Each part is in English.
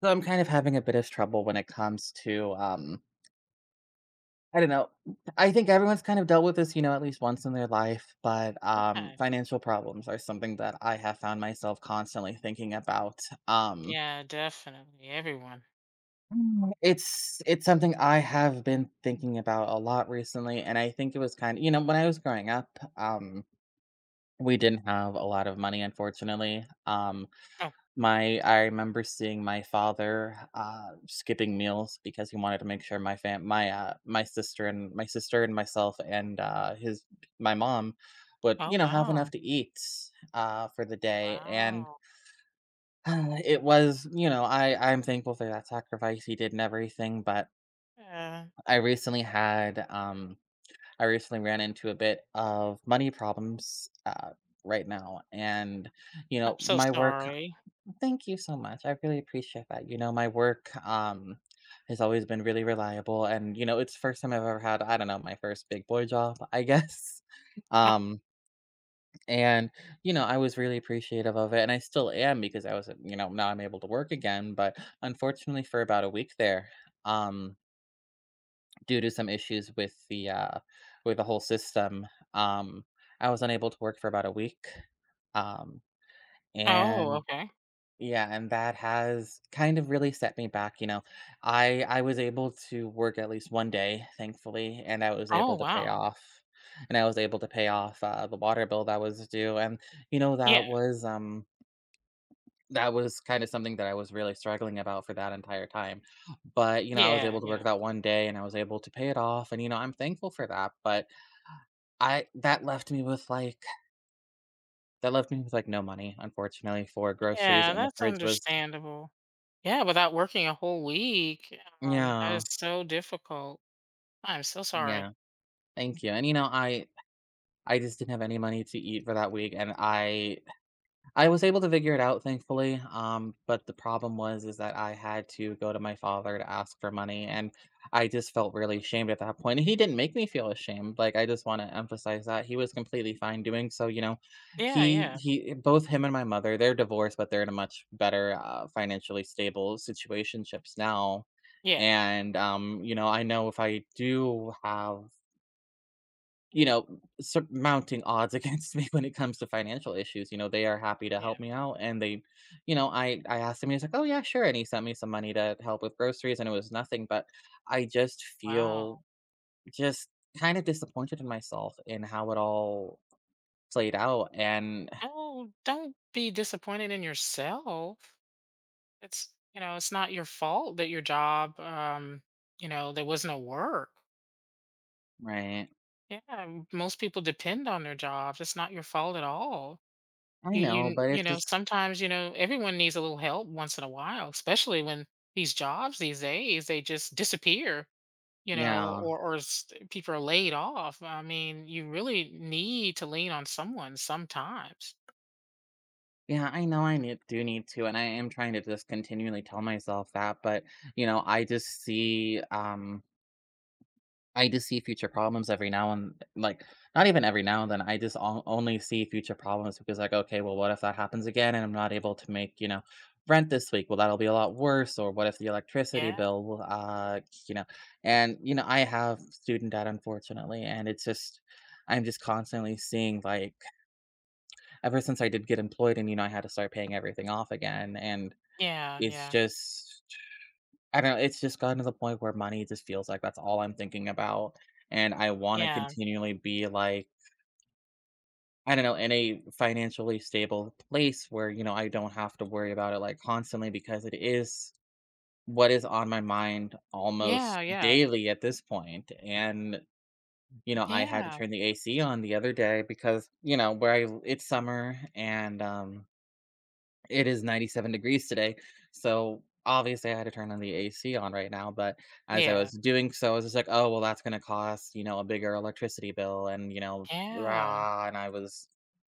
So I'm kind of having a bit of trouble when it comes to I don't know. I think everyone's kind of dealt with this, you know, at least once in their life, but Yeah. financial problems are something that I have found myself constantly thinking about. Um Yeah, definitely. Everyone. Mm. It's something I have been thinking about a lot recently, and I think it was kind of, you know, when I was growing up, we didn't have a lot of money, unfortunately. Oh, My I remember seeing my father, skipping meals because he wanted to make sure my sister and myself and, his my mom, would, oh, you know, have enough wow. to eat, for the day, and Wow. It was I'm thankful for that sacrifice he did and everything, but Yeah. I recently had, I recently ran into a bit of money problems, right now, and, you I'm know, so my work. sorry. Thank you so much. I really appreciate that. You know, my work has always been really reliable, and you know, it's the first time I've ever had, I don't know, my first big boy job, I guess. Oh, Um and you know, I was really appreciative of it, and I still am because I was, you know, now I'm able to work again, but unfortunately for about a week there, um due to some issues with the whole system, um I was unable to work for about a week. Um oh, and okay. Yeah, and that has kind of really set me back, you know. I was able to work at least one day, thankfully, and I was Oh, able to pay wow. off, and I was able to pay off the water bill that was due, and you know, Yeah. That was kind of something that I was really struggling about for that entire time. But, you know, I was Yeah. able to Yeah. work that one day and I was able to pay it off, and you know, I'm thankful for that, but I that left me with like, that left me with like no money unfortunately for groceries, Yeah. and the That's fridge was, understandable. Yeah. Without working a whole week, that is yeah. so difficult. I'm so sorry. Yeah. Thank you, and, you know, I just didn't have any money to eat for that week, and I was able to figure it out, thankfully, but the problem was is that I had to go to my father to ask for money, and I just felt really ashamed at that point, and he didn't make me feel ashamed, like, I just wanna emphasize that, he was completely fine doing so, you know? Yeah. Yeah. He both him and my mother, they're divorced, but they're in a much better, financially stable situationships now, Yeah. and, you know, I know if I do have, you know, surmounting odds against me when it comes to financial issues, you know, they are happy to Yeah. help me out, and they, you know, I asked him, he's like, "Oh, yeah, sure," and he sent me some money to help with groceries, and it was nothing, but I just Wow. feel, just kind of disappointed in myself in how it all played out, and Oh, don't be disappointed in yourself. It's not your fault that your job. There was no work. right. Yeah. Most people depend on their jobs. It's not your fault at all. I you know, you but you it's know just sometimes you know everyone needs a little help once in a while, especially when these jobs these days they just disappear. You know yeah. Or people are laid off. I mean, you really need to lean on someone sometimes. Yeah, I know I need do need to, and I am trying to just continually tell myself that, but, you know, I just see future problems every now and like, not even every now and then. I just on only see future problems because, like, okay, well, what if that happens again and I'm not able to make, you know, rent this week? Well, that'll be a lot worse. Or what if the electricity Yeah, bill, you know, and, you know, I have student debt, unfortunately. And it's just, I'm just constantly seeing, like, ever since I did get employed and, you know, I had to start paying everything off again. And yeah, it's yeah, just, I do know it's just gotten to the point where money just feels like that's all I'm thinking about, and I wanna yeah, continually be, like, I don't know, in a financially stable place where, you know, I don't have to worry about it, like, constantly because it is what is on my mind yeah, almost yeah, daily at this point. And, you know, I had to yeah, turn the AC on the other day because, you know, where I it's summer and, it is 97 degrees today, so obviously I had to turn on the AC on right now, but as I yeah, was doing so, I was just like, "Oh, well, that's gonna cost, you know, a bigger electricity bill," and, you know, yeah. rah, and I was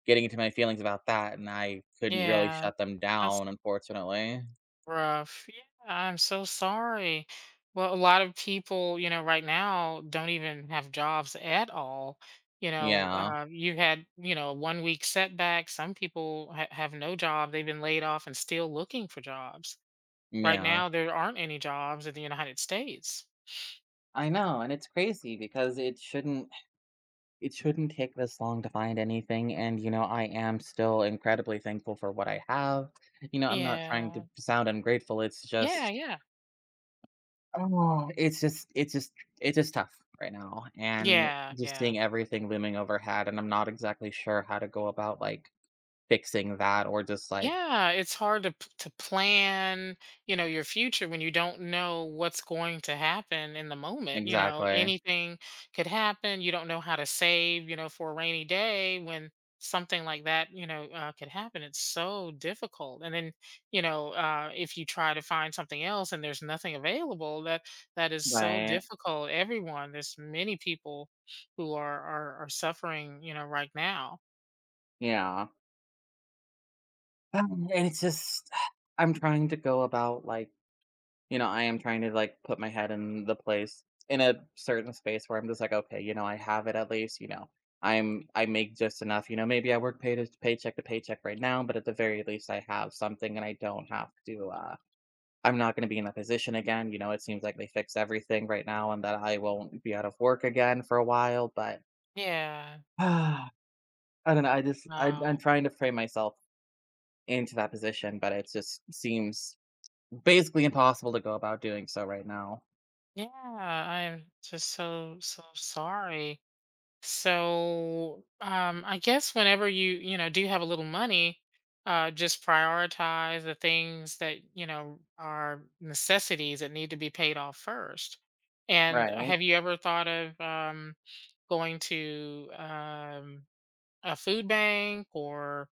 getting into my feelings about that, and I couldn't really Yeah, shut them that's down, unfortunately. rough. Yeah, I'm so sorry. Well, a lot of people, you know, right now don't even have jobs at all. You know, Yeah, you had, you know, a 1-week setback. Some people ha have no job. They've been laid off and still looking for jobs. Right yeah. now, there aren't any jobs in the United States. I know, and it's crazy because it shouldn't take this long to find anything, and, you know, I am still incredibly thankful for what I have. You know, I'm not trying Yeah. to sound ungrateful, it's Yeah. just Yeah. oh, it's just tough right now, and Yeah. just Yeah. seeing everything looming overhead, and I'm not exactly sure how to go about, like, fixing that or just, like Yeah, it's hard to plan, you know, your future when you don't know what's going to happen in the moment. You know, exactly. anything could happen. You don't know how to save, you know, for a rainy day when something like that, could happen. It's so difficult. And then, if you try to find something else and there's nothing available, that is so Right. difficult. Everyone, there's many people who are suffering, you know, right now. Yeah. And it's just, I'm trying to go about, like, you know, I am trying to, like, put my head in the place in a certain space where I'm just like, "Okay, you know, I have it at least," you know, "I'm I make just enough," you know, "Maybe I work pay to paycheck right now, but at the very least, I have something and I don't have to, uh." I'm not gonna be in that position again, you know, it seems like they fixed everything right now and that I won't be out of work again for a while, but Yeah. I don't know, I just I I'm Wow. trying to frame myself into that position, but it just seems basically impossible to go about doing so right now. Yeah, I'm just so so sorry. So, I guess whenever you you know do have a little money, just prioritize the things that you know are necessities that need to be paid off first. And Right. have you ever thought of going to a food bank or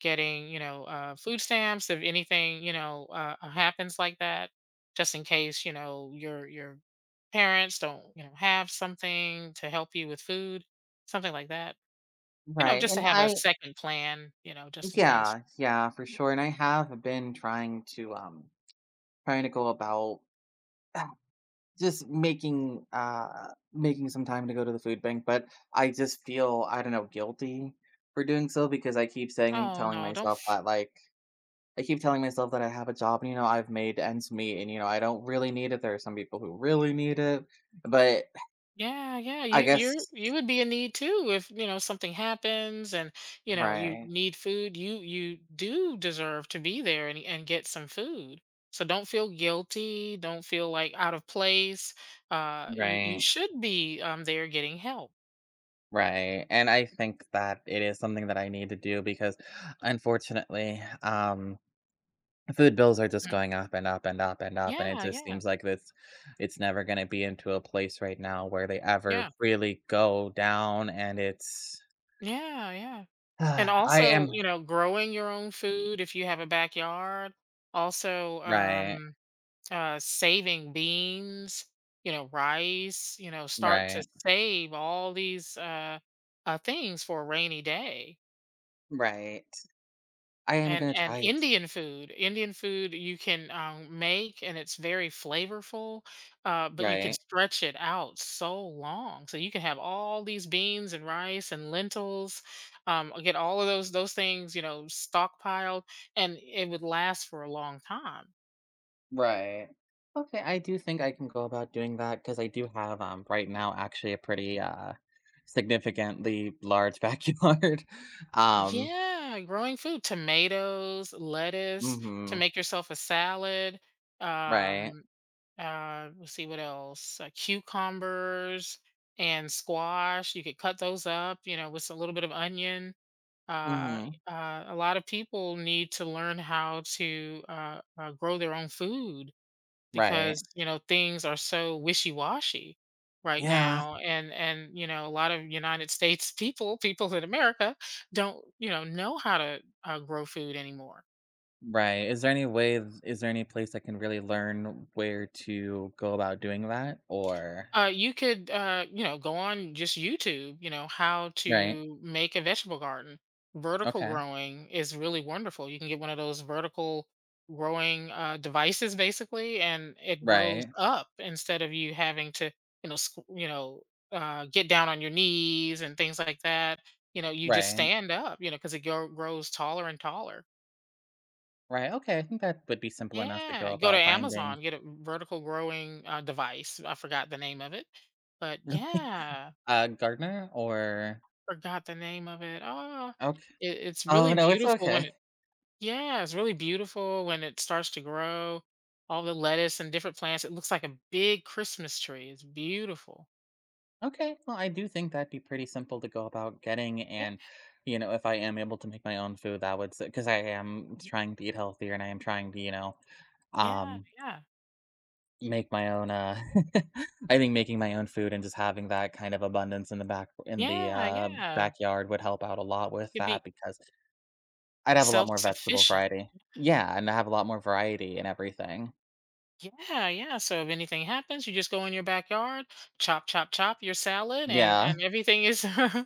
getting food stamps if anything happens like that, just in case your parents don't have something to help you with food, something like that, Right. just to And have a I second plan, just in case. yeah, yeah, for sure, and I have been trying to, trying to go about just making, making some time to go to the food bank, but I just feel, I don't know, guilty for doing so because I keep saying Oh telling no, don't. myself that, like, I keep telling myself that I have a job and, you know, I've made ends meet and, you know, I don't really need it. There are some people who really need it, but Yeah, yeah. I You you guess you would be in need too if, you know, something happens, and, you know, you right, need food. You do deserve to be there and get some food. So don't feel guilty, don't feel like out of place. You right, should be there getting help. right, and I think that it is something that I need to do because, unfortunately, food bills are just Mhm. going up and up and up and up, and it Yeah, just yeah. seems like this, it's never gonna be into a place right now where they ever Yeah. really go down, and it's Yeah, yeah. And I also, am you know, growing your own food if you have a backyard. Also, right, saving beans, you know, rice, you know, start to right, save all these things for a rainy day. right. I am And gonna and try it. Indian food, you can make, and it's very flavorful, but you can Right, stretch it out so long. So you can have all these beans and rice and lentils, get all of those things, you know, stockpiled, and it would last for a long time. right. Okay, I do think I can go about doing that because I do have, right now, actually a pretty, significantly large backyard. Um Yeah, growing food, tomatoes, lettuce, to Mhm. make yourself a salad. Right. Um, let's see what else. Cucumbers and squash. You could cut those up, you know, with a little bit of onion. Uh, Mhm. A lot of people need to learn how to grow their own food Right. because, you know, things are so wishy-washy right Yeah. now, and you know a lot of United States people in America don't know how to grow food anymore. Right. Is there any way is there any place I can really learn where to go about doing that? Or You could, go on just YouTube, you know, how right. to make a vegetable garden. Vertical Okay. growing is really wonderful. You can get one of those vertical growing devices, basically, and it grows Right. up instead of you having to, you know, squ- you know, get down on your knees and things like that. You know, you just Right. stand up, you know, because it grows taller and taller. Right. Okay. I think that would be simple enough to go Yeah, go to about Amazon, finding get a vertical growing device. I forgot the name of it, but yeah. a gardener or Forgot the name of it. Oh, okay. it's Oh, really no, it's beautiful when okay. it. Yeah, it's really beautiful when it starts to grow. All the lettuce and different plants. It looks like a big Christmas tree. It's beautiful. Okay. Well, I do think that'd be pretty simple to go about getting, Yeah, and you know, if I am able to make my own food, that would, because I am trying to eat healthier and I am trying to, you know, yeah, um yeah. make my own, I think making my own food and just having that kind of abundance in the back, in the, Yeah, yeah. backyard would help out a lot with You'd be that because I'd have a lot more vegetable self-sufficient. variety. Yeah, and I have a lot more variety in everything. Yeah, yeah. So if anything happens, you just go in your backyard, chop, chop, chop your salad, and Yeah, and everything is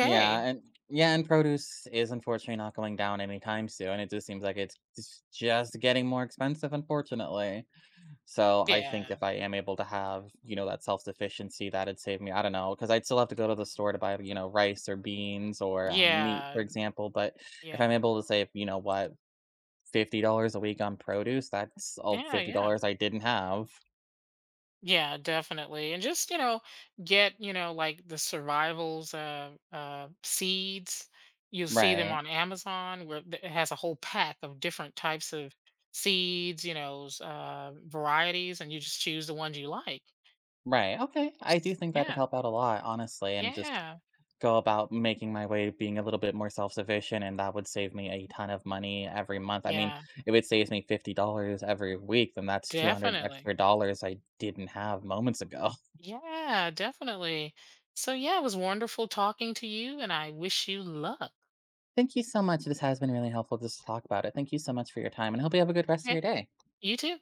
yeah, and yeah, and produce is unfortunately not going down anytime soon, it just seems like it's just getting more expensive, unfortunately. So I think Yeah. if I am able to have, you know, that self-sufficiency, that'd save me. I don't know because 'cause I'd still have to go to the store to buy, you know, rice or beans or, meat, for Yeah. example, but if I'm Yeah. able to save, you know what, $50 a week on produce, that's all Yeah, yeah. $50 I didn't have. Yeah, definitely. And just, you know, get, you know, like the survivals seeds. You'll see them Right, on Amazon where it has a whole pack of different types of seeds, varieties, and you just choose the ones you like. right, okay, I do S- think that'd Yeah. help out a lot, honestly, and just Yeah. go about making my way being a little bit more self-sufficient, and that would save me a ton of money every month. I mean, Yeah. if it saves me $50 every week, then that's 200 Definitely. extra dollars I didn't have moments ago. Yeah, definitely. So yeah, it was wonderful talking to you, and I wish you luck. Thank you so much. This has been really helpful just to talk about it. Thank you so much for your time, and I hope you have a good rest of your Okay. day. You too.